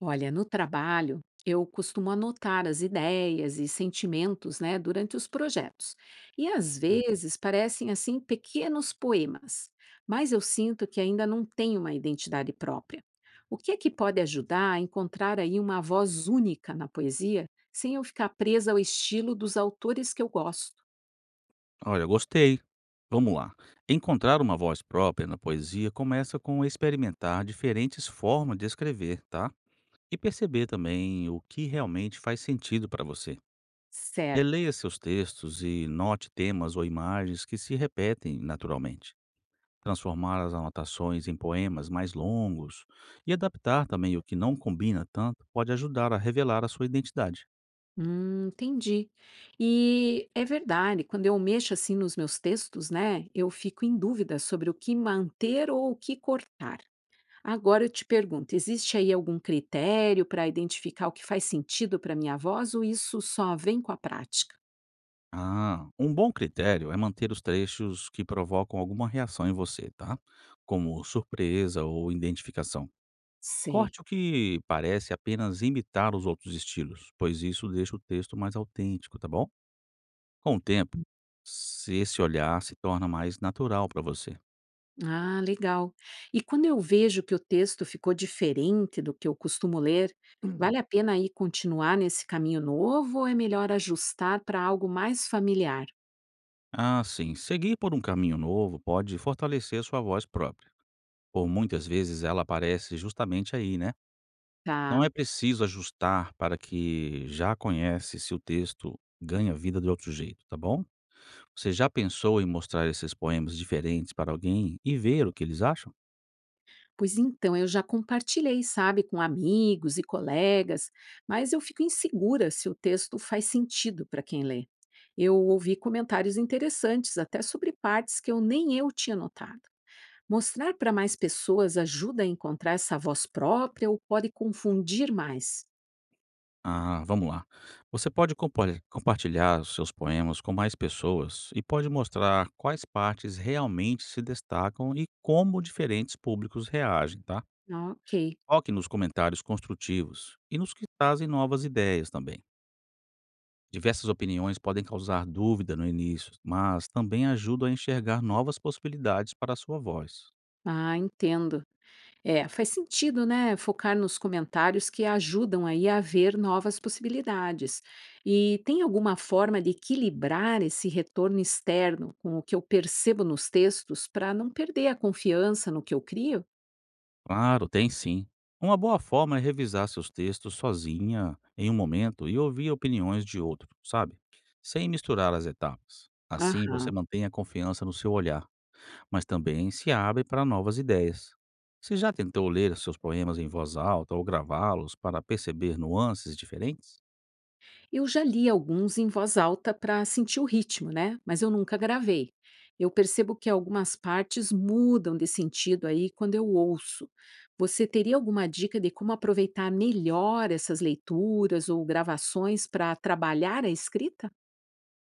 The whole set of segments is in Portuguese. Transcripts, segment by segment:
Olha, no trabalho, eu costumo anotar as ideias e sentimentos, né, durante os projetos. E às Hum. vezes parecem assim pequenos poemas, mas eu sinto que ainda não tenho uma identidade própria. O que é que pode ajudar a encontrar aí uma voz única na poesia, sem eu ficar presa ao estilo dos autores que eu gosto? Olha, gostei. Vamos lá. Encontrar uma voz própria na poesia começa com experimentar diferentes formas de escrever, tá? E perceber também o que realmente faz sentido para você. Certo. Releia seus textos e note temas ou imagens que se repetem naturalmente. Transformar as anotações em poemas mais longos e adaptar também o que não combina tanto pode ajudar a revelar a sua identidade. Entendi. E é verdade, quando eu mexo assim nos meus textos, né, eu fico em dúvida sobre o que manter ou o que cortar. Agora eu te pergunto, existe aí algum critério para identificar o que faz sentido para minha voz ou isso só vem com a prática? Ah, um bom critério é manter os trechos que provocam alguma reação em você, tá? Como surpresa ou identificação. Sei. Corte o que parece apenas imitar os outros estilos, pois isso deixa o texto mais autêntico, tá bom? Com o tempo, se esse olhar se torna mais natural para você. Ah, legal. E quando eu vejo que o texto ficou diferente do que eu costumo ler, vale a pena aí continuar nesse caminho novo ou é melhor ajustar para algo mais familiar? Ah, sim, seguir por um caminho novo pode fortalecer sua voz própria. Por muitas vezes ela aparece justamente aí, né? Não Tá. é preciso ajustar para que já conhece se o texto ganha vida de outro jeito, tá bom? Você já pensou em mostrar esses poemas diferentes para alguém e ver o que eles acham? Pois então, eu já compartilhei, sabe, com amigos e colegas, mas eu fico insegura se o texto faz sentido para quem lê. Eu ouvi comentários interessantes, até sobre partes que eu nem eu tinha notado. Mostrar para mais pessoas ajuda a encontrar essa voz própria ou pode confundir mais? Ah, vamos lá. Você pode compartilhar os seus poemas com mais pessoas e pode mostrar quais partes realmente se destacam e como diferentes públicos reagem, tá? Ah, ok, Foque nos comentários construtivos e nos que trazem novas ideias também. Diversas opiniões podem causar dúvida no início, mas também ajudam a enxergar novas possibilidades para a sua voz. ah, entendo. É, faz sentido, né, focar nos comentários que ajudam aí a ver novas possibilidades. E tem alguma forma de equilibrar esse retorno externo com o que eu percebo nos textos para não perder a confiança no que eu crio? Claro, tem sim. Uma boa forma é revisar seus textos sozinha em um momento e ouvir opiniões de outro, sabe? Sem misturar as etapas. Assim Aham. você mantém a confiança no seu olhar, mas também se abre para novas ideias. Você já tentou ler seus poemas em voz alta ou gravá-los para perceber nuances diferentes? Eu já li alguns em voz alta para sentir o ritmo, né? Mas eu nunca gravei. Eu percebo que algumas partes mudam de sentido aí quando eu ouço. Você teria alguma dica de como aproveitar melhor essas leituras ou gravações para trabalhar a escrita?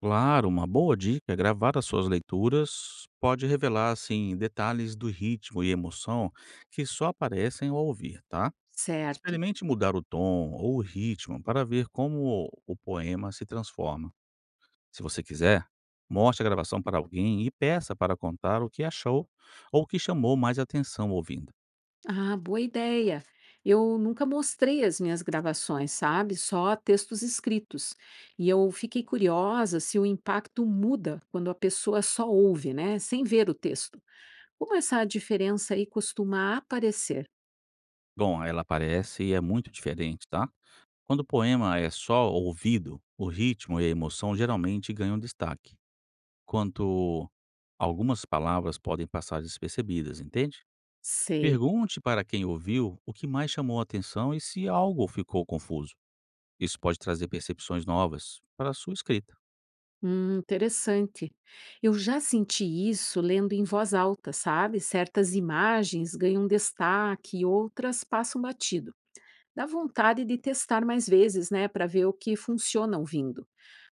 Claro, uma boa dica é gravar as suas leituras pode revelar assim detalhes do ritmo e emoção que só aparecem ao ouvir, tá? Certo. Experimente mudar o tom ou o ritmo para ver como o poema se transforma. Se você quiser, mostre a gravação para alguém e peça para contar o que achou ou o que chamou mais atenção ouvindo. Ah, boa ideia. Eu nunca mostrei as minhas gravações, sabe? Só textos escritos. E eu fiquei curiosa se o impacto muda quando a pessoa só ouve, né? Sem ver o texto. Como essa diferença aí costuma aparecer? Bom, ela aparece e é muito diferente, tá? Quando o poema é só ouvido, o ritmo e a emoção geralmente ganham destaque, enquanto algumas palavras podem passar despercebidas, entende? Sei. Pergunte para quem ouviu o que mais chamou a atenção e se algo ficou confuso. Isso pode trazer percepções novas para a sua escrita. Interessante. Eu já senti isso lendo em voz alta, sabe? Certas imagens ganham destaque e outras passam batido. Dá vontade de testar mais vezes, né, para ver o que funciona ouvindo.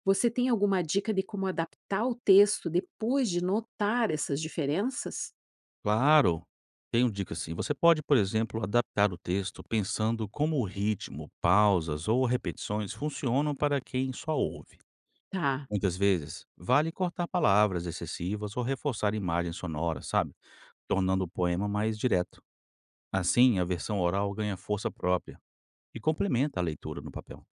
Você tem alguma dica de como adaptar o texto depois de notar essas diferenças? Claro, tenho dica assim. Você pode, por exemplo, adaptar o texto pensando como o ritmo, pausas ou repetições funcionam para quem só ouve. Tá. Muitas vezes, vale cortar palavras excessivas ou reforçar imagens sonoras, sabe? Tornando o poema mais direto. Assim, a versão oral ganha força própria e complementa a leitura no papel.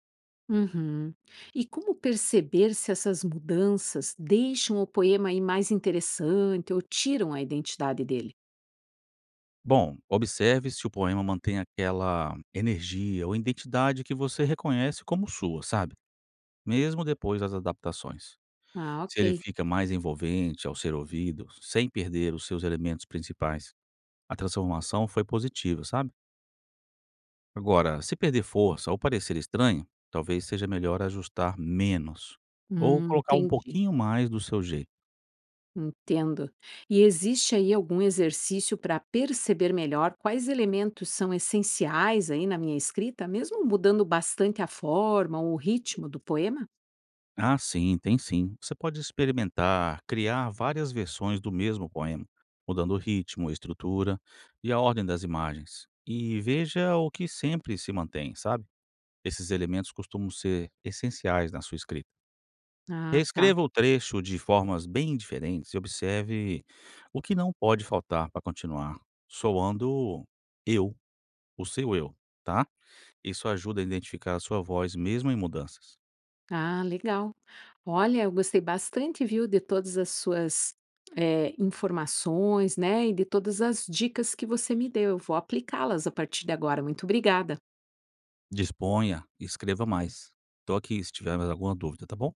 Uhum. E como perceber se essas mudanças deixam o poema aí mais interessante ou tiram a identidade dele? Bom, observe se o poema mantém aquela energia ou identidade que você reconhece como sua, sabe? Mesmo depois das adaptações. Ah, Se ele ok. fica mais envolvente ao ser ouvido, sem perder os seus elementos principais, a transformação foi positiva, sabe? Agora, se perder força ou parecer estranho, talvez seja melhor ajustar menos ou colocar um Entendi. pouquinho mais do seu jeito. Entendo. E existe aí algum exercício para perceber melhor quais elementos são essenciais aí na minha escrita, mesmo mudando bastante a forma ou o ritmo do poema? Ah, sim, tem sim. Você pode experimentar, criar várias versões do mesmo poema, mudando o ritmo, a estrutura e a ordem das imagens. E veja o que sempre se mantém, sabe? Esses elementos costumam ser essenciais na sua escrita. Ah, tá. Reescreva o trecho de formas bem diferentes e observe o que não pode faltar para continuar soando eu, o seu eu, tá? Isso ajuda a identificar a sua voz mesmo em mudanças. Ah, legal. Olha, eu gostei bastante, viu, de todas as suas informações, né, e de todas as dicas que você me deu. Eu vou aplicá-las a partir de agora. Muito obrigada. Disponha e escreva mais. Tô aqui se tiver mais alguma dúvida, tá bom?